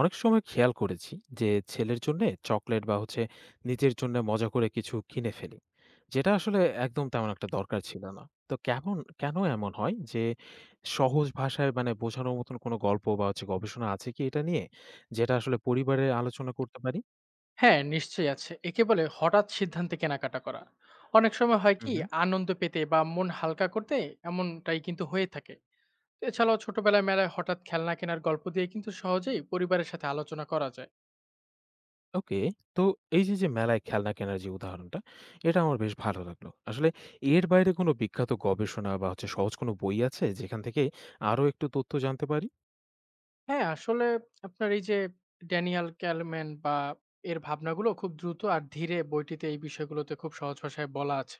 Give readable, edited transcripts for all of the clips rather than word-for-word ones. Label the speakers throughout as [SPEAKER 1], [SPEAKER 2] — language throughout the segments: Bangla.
[SPEAKER 1] অনেক সময় খেয়াল করেছি যে ছেলের জন্য চকলেট বা হচ্ছে নিজের জন্য মজা করে কিছু কিনে ফেলি, যেটা আসলে একদম তেমন একটা দরকার ছিল না। তো কেন এমন হয় যে সহজ ভাষায় মানে বোঝানোর মতন কোনো গল্প বা হচ্ছে গবেষণা আছে কি এটা নিয়ে, যেটা আসলে পরিবারে আলোচনা করতে পারি?
[SPEAKER 2] হ্যাঁ, নিশ্চয়ই আছে। একে বলে হঠাৎ সিদ্ধান্তে কেনাকাটা করা। অনেক সময় হয়
[SPEAKER 1] হুম,
[SPEAKER 2] কি
[SPEAKER 1] হুম।
[SPEAKER 2] আনন্দ পেতে বা মন হালকা করতে এমনটাই কিন্তু হয়ে থাকে। এছাড়াও ছোটবেলায় মেলায় হঠাৎ খেলনা কেনার গল্প দিয়ে কিন্তু সহজেই পরিবারের সাথে আলোচনা করা যায়।
[SPEAKER 1] ওকে। তো এই যে যে মেলায় খেলনা কেনার যে উদাহরণটা, এটা আমার বেশ ভালো লাগলো আসলে। এর বাইরে কোনো বিখ্যাত গবেষণা বা হচ্ছে সহজ কোনো বই আছে যেখান থেকে আরো একটু তথ্য জানতে পারি?
[SPEAKER 2] হ্যাঁ, আসলে আপনার এই যে ড্যানিয়াল ক্যালম্যান বা এর ভাবনাগুলো খুব দ্রুত আর ধীরে বইটিতে এই বিষয়গুলোতে খুব সহজ ভাষায় বলা আছে।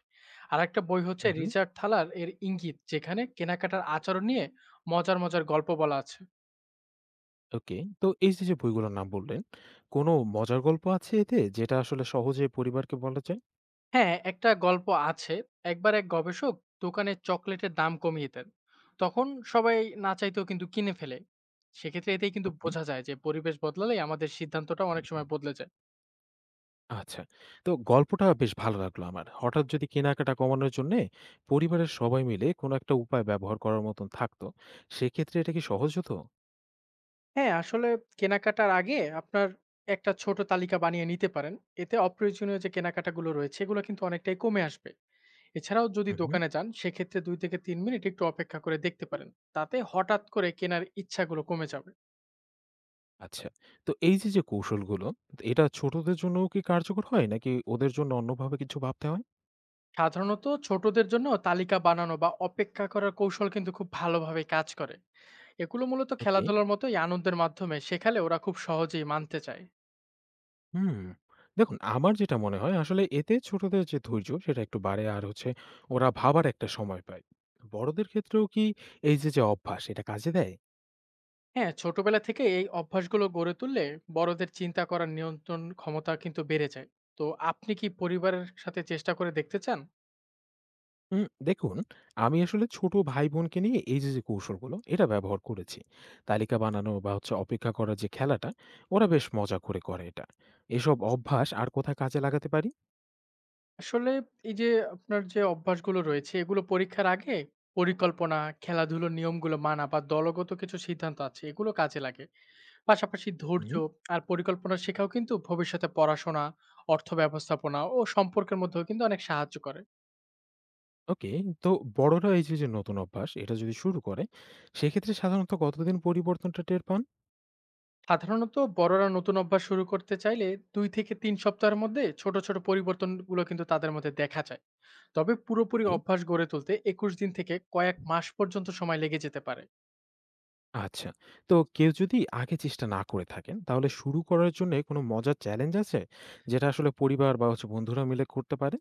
[SPEAKER 2] আরেকটা বই হচ্ছে
[SPEAKER 1] হুম, হুম।
[SPEAKER 2] রিচার্ড থালার এর ইঙ্গিত যেখানে কেনাকাটার আচরণ নিয়ে মজার গল্প বলা আছে।
[SPEAKER 1] ওকে। তো এই যে, যে বইগুলোর নাম বললেন, কোনো মজার গল্প আছে এতে যেটা আসলে সহজে পরিবারকে বলা যায়?
[SPEAKER 2] হ্যাঁ, একটা গল্প আছে। একবার এক গবেষক দোকানে চকোলেটের দাম কমিয়ে দেন। তখন সবাই না চাইতেও কিন্তু কিনে ফেলে। সেক্ষেত্রে এতেই কিন্তু
[SPEAKER 1] ওকে।
[SPEAKER 2] বোঝা যায় যে পরিবেশ বদলালেই আমাদের সিদ্ধান্তটা অনেক সময় বদলে যায়।
[SPEAKER 1] আচ্ছা। তো গল্পটা বেশ ভালো লাগলো আমার। হঠাৎ যদি কেনাকাটা কমানোর জন্যে পরিবারের সবাই মিলে কোনো একটা উপায় ব্যবহার করার মতন থাকতো, সেক্ষেত্রে এটা কি সহজ হতো?
[SPEAKER 2] হ্যাঁ, আসলে কেনাকাটার আগে আপনার একটা ছোট তালিকা বানিয়ে নিতে পারেন। এতে অপ্রয়োজনীয় যে কেনাকাটাগুলো রয়েছে এগুলো কিন্তু অনেকটাই কমে আসবে। এছাড়াও যদি
[SPEAKER 1] হুম, হুম।
[SPEAKER 2] দোকানে যান সেক্ষেত্রে ২ থেকে ৩ মিনিট একটু অপেক্ষা করে দেখতে পারেন। তাতে হঠাৎ করে কেনার ইচ্ছাগুলো কমে যাবে।
[SPEAKER 1] আচ্ছা। তো এই যে, যে কৌশলগুলো, এটা ছোটদের জন্যও কি কার্যকর হয় নাকি ওদের জন্য অন্যভাবে কিছু ভাবতে হয়?
[SPEAKER 2] সাধারণত ছোটদের জন্য তালিকা বানানো বা অপেক্ষা করার কৌশল কিন্তু খুব ভালোভাবে কাজ করে। এগুলো মূলত
[SPEAKER 1] ওকে।
[SPEAKER 2] খেলাধুলার মতোই আনন্দের মাধ্যমে শেখালে ওরা খুব সহজেই মানতে চায়।
[SPEAKER 1] হুম। দেখুন, আমার যেটা মনে হয় আসলে এতে ছোটদের যে ধৈর্য সেটা একটু বাড়ে, আর ওরা ভাবার একটা সময় পায়। বড়দের ক্ষেত্রেও কি এই যে, যে অভ্যাস এটা কাজে দেয়?
[SPEAKER 2] হ্যাঁ, ছোটবেলা থেকে এই অভ্যাসগুলো গড়ে তুললে বড়দের চিন্তা করার নিয়ন্ত্রণ ক্ষমতা কিন্তু বেড়ে যায়। তো আপনি কি পরিবারের সাথে চেষ্টা করে দেখতে চান?
[SPEAKER 1] দেখুন, আমি আসলে ছোট ভাই-বোনকে নিয়ে এই যে, যে কৌশলগুলো এটা ব্যবহার করেছি। তালিকা বানানো বা হচ্ছে অপেক্ষা করার যে খেলাটা, ওরা বেশ মজা করে করে এটা। এসব অভ্যাস আর কোথায় কাজে লাগাতে পারি?
[SPEAKER 2] আসলে এই যে আপনার যে অভ্যাসগুলো রয়েছে এগুলো পরীক্ষার আগে পরিকল্পনা, খেলাধুলোর নিয়মগুলো মানা বা দলগত কিছু সিদ্ধান্ত আছে এগুলো কাজে লাগে। পাশাপাশি ধৈর্য
[SPEAKER 1] হুম,
[SPEAKER 2] আর পরিকল্পনা শেখাও কিন্তু ভবিষ্যতে পড়াশোনা, অর্থ ব্যবস্থাপনা ও সম্পর্কের মধ্যেও কিন্তু অনেক সাহায্য করে।
[SPEAKER 1] ওকে। তো বড়রা এই যে, যে নতুন অভ্যাস এটা যদি শুরু করে সেক্ষেত্রে সাধারণত কতদিন পরিবর্তনটা টের পান?
[SPEAKER 2] সাধারণত বড়রা নতুন অভ্যাস শুরু করতে চাইলে ২ থেকে ৩ সপ্তাহের মধ্যে ছোট ছোট পরিবর্তনগুলো কিন্তু তাদের মধ্যে দেখা যায়। তবে পুরোপুরি
[SPEAKER 1] এ,
[SPEAKER 2] অভ্যাস গড়ে তুলতে ২১ দিন থেকে কয়েক মাস পর্যন্ত সময় লেগে যেতে পারে।
[SPEAKER 1] আচ্ছা। তো কেউ যদি আগে চেষ্টা না করে থাকেন, তাহলে শুরু করার জন্যে কোনো মজার চ্যালেঞ্জ আছে? যেটা আসলে পরিবার বা হচ্ছে বন্ধুরা মিলে করতে পারে?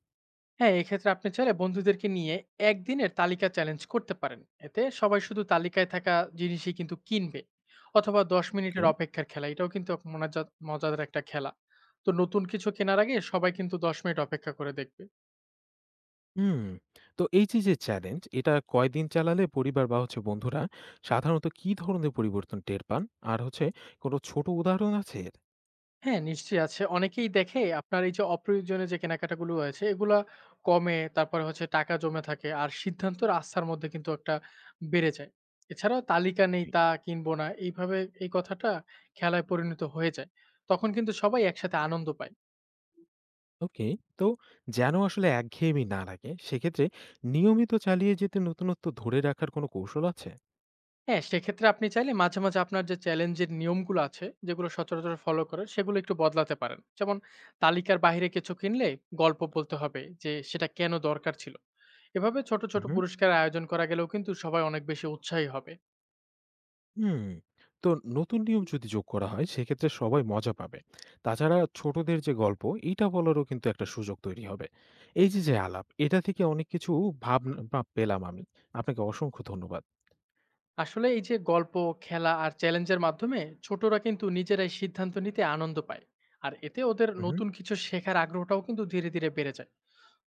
[SPEAKER 2] হ্যাঁ, এক্ষেত্রে আপনি চাইলে বন্ধুদেরকে নিয়ে একদিনের তালিকা চ্যালেঞ্জ করতে পারেন। এতে সবাই শুধু তালিকায় থাকা জিনিসই কিন্তু কিনবে। অথবা ১০
[SPEAKER 1] ওকে।
[SPEAKER 2] মিনিটের অপেক্ষার খেলা, এটাও কিন্তু এক মনাজাত মজাদার একটা খেলা। তো নতুন কিছু কেনার আগে সবাই কিন্তু ১০ মিনিট অপেক্ষা করে দেখবে।
[SPEAKER 1] হুম। তো এই যে, যে চ্যালেঞ্জ, এটা কয়দিন চালালে পরিবার বা হচ্ছে বন্ধুরা সাধারণত কী ধরনের পরিবর্তন টের পান? আর কোনো ছোট উদাহরণ আছে এর?
[SPEAKER 2] হ্যাঁ, নিশ্চয়ই আছে। অনেকেই দেখে আপনার এই যে অপ্রয়োজনীয় যে কেনাকাটাগুলো রয়েছে, এগুলা কমে, তারপরে হচ্ছে টাকা জমে থাকে। আর সিদ্ধান্তর আস্থার মধ্যে কিন্তু একটা বেড়ে যায়। এছাড়াও তালিকা নেই,
[SPEAKER 1] জি।
[SPEAKER 2] তা কিনবো না। এইভাবে এই কথাটা খেলায় পরিণত হয়ে যায়। তখন কিন্তু সবাই একসাথে আনন্দ পায়।
[SPEAKER 1] ওকে। তো যেন আসলে একঘেয়েমি না লাগে, সেক্ষেত্রে নিয়মিত চালিয়ে যেতে নতুনত্ব ধরে রাখার কোনো কৌশল আছে?
[SPEAKER 2] হ্যাঁ, সেক্ষেত্রে আপনি চাইলে মাঝে আপনার যে চ্যালেঞ্জের নিয়মগুলো আছে, যেগুলো সচরাচর ফলো করেন, সেগুলো একটু বদলাতে পারেন। যেমন তালিকার বাইরে কিছু কিনলে গল্প বলতে হবে যে সেটা কেন দরকার ছিল। এভাবে ছোট
[SPEAKER 1] উহু।
[SPEAKER 2] পুরস্কারের আয়োজন করা গেলেও কিন্তু সবাই অনেক বেশি উৎসাহী হবে।
[SPEAKER 1] হুম। তো নতুন নিয়ম যদি যোগ করা হয় সেক্ষেত্রে সবাই মজা পাবে। তাছাড়া ছোটদের যে গল্প এইটা বলারও কিন্তু একটা সুযোগ তৈরি হবে। এই যে, যে আলাপ এটা থেকে অনেক কিছু ভাবনা বা পেলাম আমি। আপনাকে অসংখ্য ধন্যবাদ।
[SPEAKER 2] আসলে এই যে গল্প, খেলা আর চ্যালেঞ্জের মাধ্যমে ছোটরা কিন্তু নিজেরাই সিদ্ধান্ত নিতে আনন্দ পায়। আর এতে ওদের
[SPEAKER 1] উহু,
[SPEAKER 2] নতুন কিছু শেখার আগ্রহটাও কিন্তু ধীরে বেড়ে যায়।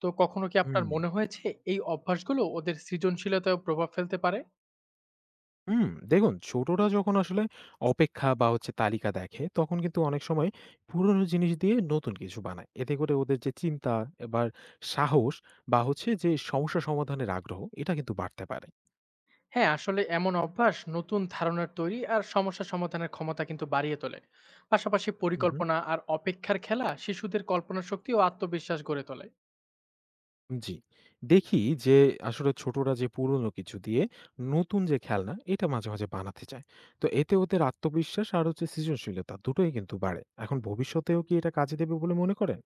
[SPEAKER 2] তো কখনো কি আপনার
[SPEAKER 1] হুম,
[SPEAKER 2] মনে হয়েছে এই অভ্যাসগুলো ওদের সৃজনশীলতায়ও প্রভাব ফেলতে পারে?
[SPEAKER 1] হুম। দেখুন, ছোটরা যখন আসলে অপেক্ষা বা হচ্ছে তালিকা দেখে তখন কিন্তু অনেক সময় পুরনো জিনিস দিয়ে নতুন কিছু বানায়। এতে করে ওদের যে চিন্তা, এবার সাহস বা হচ্ছে যে সমস্যা সমাধানের আগ্রহ, এটা কিন্তু বাড়তে পারে।
[SPEAKER 2] হ্যাঁ, আসলে এমন অভ্যাস নতুন ধারণার তৈরি আর সমস্যা সমাধানের ক্ষমতা কিন্তু বাড়িয়ে তোলে। পাশাপাশি
[SPEAKER 1] উহু।
[SPEAKER 2] পরিকল্পনা আর অপেক্ষার খেলা শিশুদের কল্পনা শক্তি ও আত্মবিশ্বাস গড়ে তোলে।
[SPEAKER 1] জি। দেখি যে আসলে ছোটরা যে পুরনো কিছু দিয়ে নতুন যে খেলনা এটা মাঝে, মাঝে বানাতে চায়। তো এতে ওদের আত্মবিশ্বাস আর সৃজনশীলতা দুটোই কিন্তু বাড়ে। এখন ভবিষ্যতেও কি এটা কাজে দেবে বলে মনে করেন?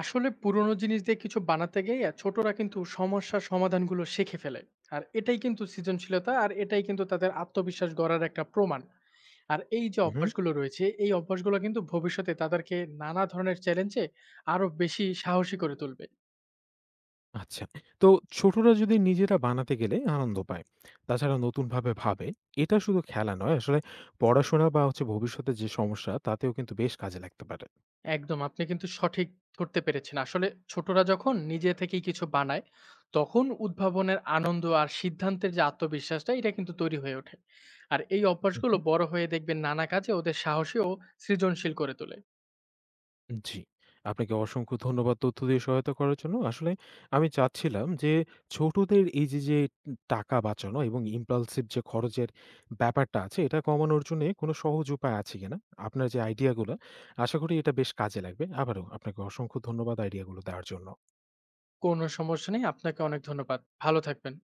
[SPEAKER 2] আসলে পুরনো জিনিস দিয়ে কিছু বানাতে গিয়ে ছোটরা কিন্তু সমস্যার সমাধানগুলো শিখে ফেলে। আর এটাই কিন্তু সৃজনশীলতা আর এটাই কিন্তু তাদের আত্মবিশ্বাস গড়ার একটা প্রমাণ। আর এই যে
[SPEAKER 1] হুম।
[SPEAKER 2] অভ্যাসগুলো রয়েছে, এই অভ্যাসগুলো কিন্তু ভবিষ্যতে তাদেরকে নানা ধরনের চ্যালেঞ্জে আরো বেশি সাহসী করে তুলবে।
[SPEAKER 1] আচ্ছা। তো ছোটরা যদি নিজেরা বানাতে গেলে আনন্দ পায়, তাছাড়া নতুনভাবে ভাবে, এটা শুধু খেলা নয় আসলে পড়াশোনা বা হচ্ছে ভবিষ্যতে যে সমস্যা তাতেও কিন্তু বেশ কাজে লাগতে পারে।
[SPEAKER 2] একদম। আপনি কিন্তু সঠিক ধরতে পেরেছেন। আসলে ছোটরা যখন নিজে থেকেই কিছু বানায়, তখন উদ্ভাবনের আনন্দ আর সিদ্ধান্তের যে আত্মবিশ্বাসটা, এটা কিন্তু তৈরি হয়ে ওঠে। আর এই অভ্যাসগুলো
[SPEAKER 1] উহু।
[SPEAKER 2] বড় হয়ে দেখবেন নানা কাজে ওদের সাহসী ও সৃজনশীল করে তোলে।
[SPEAKER 1] জি, আপনাকে অসংখ্য ধন্যবাদ তথ্য দিয়ে সহায়তা করার জন্য। আসলে আমি চাচ্ছিলাম যে ছোটদের এই যে, যে টাকা বাঁচানো এবং impulsive যে খরচের ব্যাপারটা আছে এটা কমানোর জন্যে কোনো সহজ উপায় আছে কিনা? আপনার যে আইডিয়াগুলা, আশা করি এটা বেশ কাজে লাগবে। আবারও আপনাকে অসংখ্য ধন্যবাদ আইডিয়াগুলো দেওয়ার জন্য।
[SPEAKER 2] কোনো সমস্যা নেই। আপনাকে অনেক ধন্যবাদ। ভালো থাকবেন।